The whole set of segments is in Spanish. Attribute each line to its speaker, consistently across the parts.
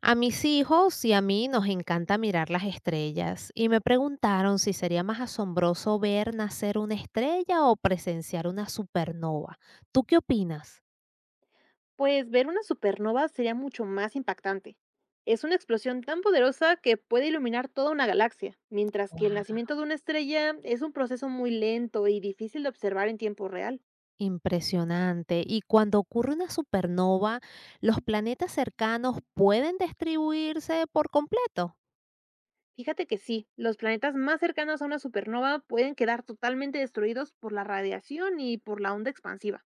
Speaker 1: A mis hijos y a mí nos encanta mirar las estrellas y me preguntaron si sería más asombroso ver nacer una estrella o presenciar una supernova. ¿Tú qué opinas?
Speaker 2: Pues ver una supernova sería mucho más impactante. Es una explosión tan poderosa que puede iluminar toda una galaxia, mientras que el
Speaker 1: Guau,
Speaker 2: nacimiento de una estrella es un proceso muy lento y difícil de observar en tiempo real.
Speaker 1: impresionante. Y cuando ocurre una supernova, ¿los planetas cercanos pueden distribuirse por completo?
Speaker 2: Fíjate que sí, los planetas más cercanos a una supernova pueden quedar totalmente destruidos por la radiación y por la onda expansiva.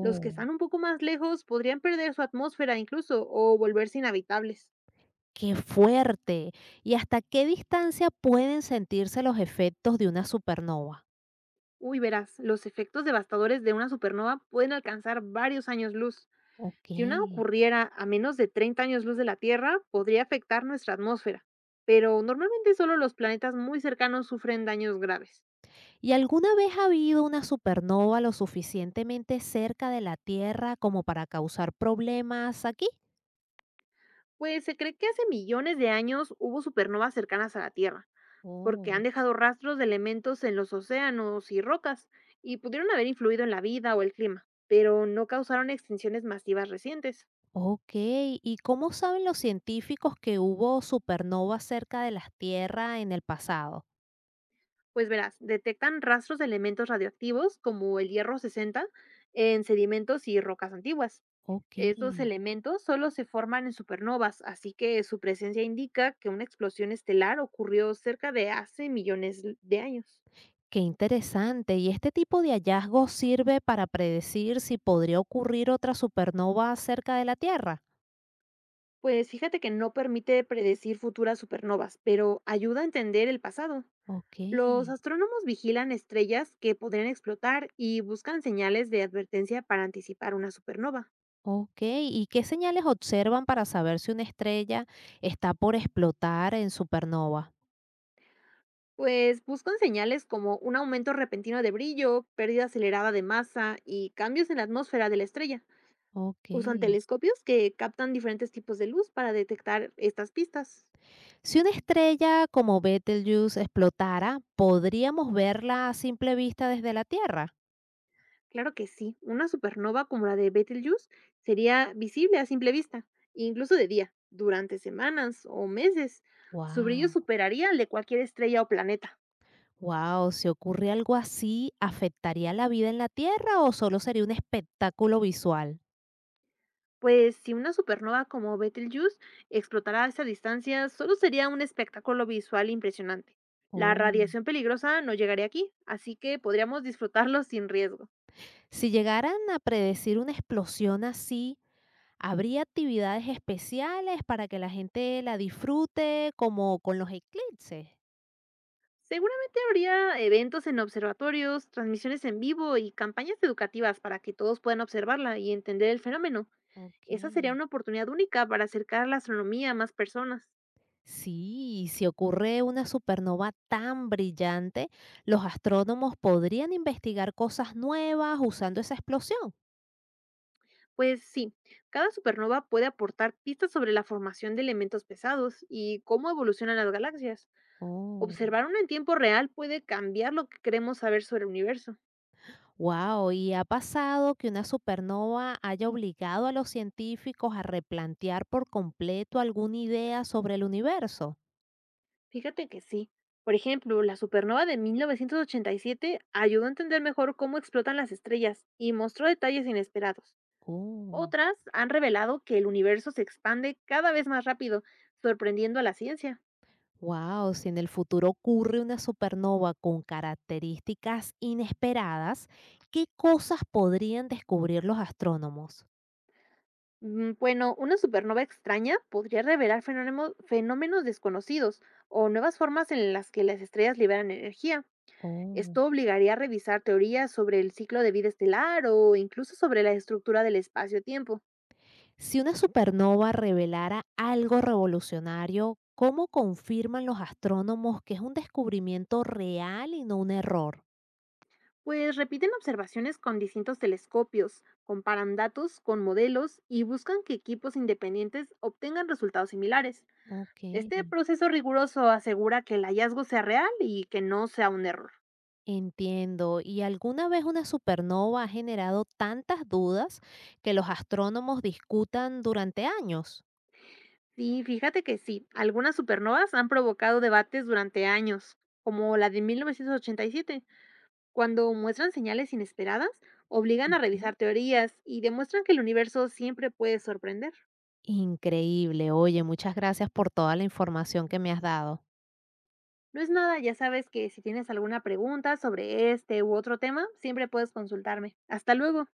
Speaker 2: Los que están un poco más lejos podrían perder su atmósfera incluso o volverse inhabitables.
Speaker 1: qué fuerte. ¿Y hasta qué distancia pueden sentirse los efectos de una supernova?
Speaker 2: Uy, verás, los efectos devastadores de una supernova pueden alcanzar varios años luz.
Speaker 1: Ok.
Speaker 2: Si una ocurriera a menos de 30 años luz de la Tierra, podría afectar nuestra atmósfera, pero normalmente solo los planetas muy cercanos sufren daños graves.
Speaker 1: ¿Y alguna vez ha habido una supernova lo suficientemente cerca de la Tierra como para causar problemas aquí?
Speaker 2: Pues se cree que hace millones de años hubo supernovas cercanas a la Tierra, porque
Speaker 1: Oh,
Speaker 2: han dejado rastros de elementos en los océanos y rocas, y pudieron haber influido en la vida o el clima, pero no causaron extinciones masivas recientes.
Speaker 1: ok. ¿Y cómo saben los científicos que hubo supernovas cerca de las Tierras en el pasado?
Speaker 2: Pues verás, detectan rastros de elementos radioactivos como el hierro 60 en sedimentos y rocas antiguas.
Speaker 1: Ok.
Speaker 2: Estos elementos solo se forman en supernovas, así que su presencia indica que una explosión estelar ocurrió cerca de hace millones de años.
Speaker 1: Qué interesante. ¿Y este tipo de hallazgos sirve para predecir si podría ocurrir otra supernova cerca de la Tierra?
Speaker 2: Pues fíjate que no permite predecir futuras supernovas, pero ayuda a entender el pasado.
Speaker 1: Ok.
Speaker 2: Los astrónomos vigilan estrellas que podrían explotar y buscan señales de advertencia para anticipar una supernova.
Speaker 1: Ok, ¿y qué señales observan para saber si una estrella está por explotar en supernova?
Speaker 2: Pues buscan señales como un aumento repentino de brillo, pérdida acelerada de masa y cambios en la atmósfera de la estrella.
Speaker 1: Ok.
Speaker 2: Usan telescopios que captan diferentes tipos de luz para detectar estas pistas.
Speaker 1: Si una estrella como Betelgeuse explotara, ¿podríamos verla a simple vista desde la Tierra?
Speaker 2: Claro que sí, una supernova como la de Betelgeuse sería visible a simple vista, incluso de día, durante semanas o meses. Su brillo
Speaker 1: Wow.
Speaker 2: superaría al de cualquier estrella o planeta.
Speaker 1: Wow, si ocurre algo así, ¿afectaría la vida en la Tierra o solo sería un espectáculo visual?
Speaker 2: Pues si una supernova como Betelgeuse explotara a esa distancia, solo sería un espectáculo visual impresionante. La
Speaker 1: Oh.
Speaker 2: radiación peligrosa no llegaría aquí, así que podríamos disfrutarlo sin riesgo.
Speaker 1: Si llegaran a predecir una explosión así, ¿habría actividades especiales para que la gente la disfrute, como con los eclipses?
Speaker 2: Seguramente habría eventos en observatorios, transmisiones en vivo y campañas educativas para que todos puedan observarla y entender el fenómeno.
Speaker 1: Ok.
Speaker 2: Esa sería una oportunidad única para acercar la astronomía a más personas.
Speaker 1: Sí, si ocurre una supernova tan brillante, los astrónomos podrían investigar cosas nuevas usando esa explosión.
Speaker 2: Pues sí, cada supernova puede aportar pistas sobre la formación de elementos pesados y cómo evolucionan las galaxias.
Speaker 1: Oh.
Speaker 2: Observar una en tiempo real puede cambiar lo que queremos saber sobre el universo.
Speaker 1: Wow, ¿y ha pasado que una supernova haya obligado a los científicos a replantear por completo alguna idea sobre el universo?
Speaker 2: Fíjate que sí. Por ejemplo, la supernova de 1987 ayudó a entender mejor cómo explotan las estrellas y mostró detalles inesperados.
Speaker 1: Oh.
Speaker 2: Otras han revelado que el universo se expande cada vez más rápido, sorprendiendo a la ciencia.
Speaker 1: Wow, si en el futuro ocurre una supernova con características inesperadas, ¿qué cosas podrían descubrir los astrónomos?
Speaker 2: Bueno, una supernova extraña podría revelar fenómenos desconocidos o nuevas formas en las que las estrellas liberan energía.
Speaker 1: Oh.
Speaker 2: Esto obligaría a revisar teorías sobre el ciclo de vida estelar o incluso sobre la estructura del espacio-tiempo.
Speaker 1: Si una supernova revelara algo revolucionario, ¿cómo confirman los astrónomos que es un descubrimiento real y no un error?
Speaker 2: Pues repiten observaciones con distintos telescopios, comparan datos con modelos y buscan que equipos independientes obtengan resultados similares.
Speaker 1: Ok,
Speaker 2: Este proceso riguroso asegura que el hallazgo sea real y que no sea un error.
Speaker 1: entiendo. ¿Y alguna vez una supernova ha generado tantas dudas que los astrónomos discutan durante años?
Speaker 2: Sí, fíjate que sí, algunas supernovas han provocado debates durante años, como la de 1987, cuando muestran señales inesperadas, obligan a
Speaker 1: Ujú.
Speaker 2: revisar teorías y demuestran que el universo siempre puede sorprender.
Speaker 1: Increíble. Oye, muchas gracias por toda la información que me has dado.
Speaker 2: No es nada, ya sabes que si tienes alguna pregunta sobre este u otro tema, siempre puedes consultarme. Hasta luego.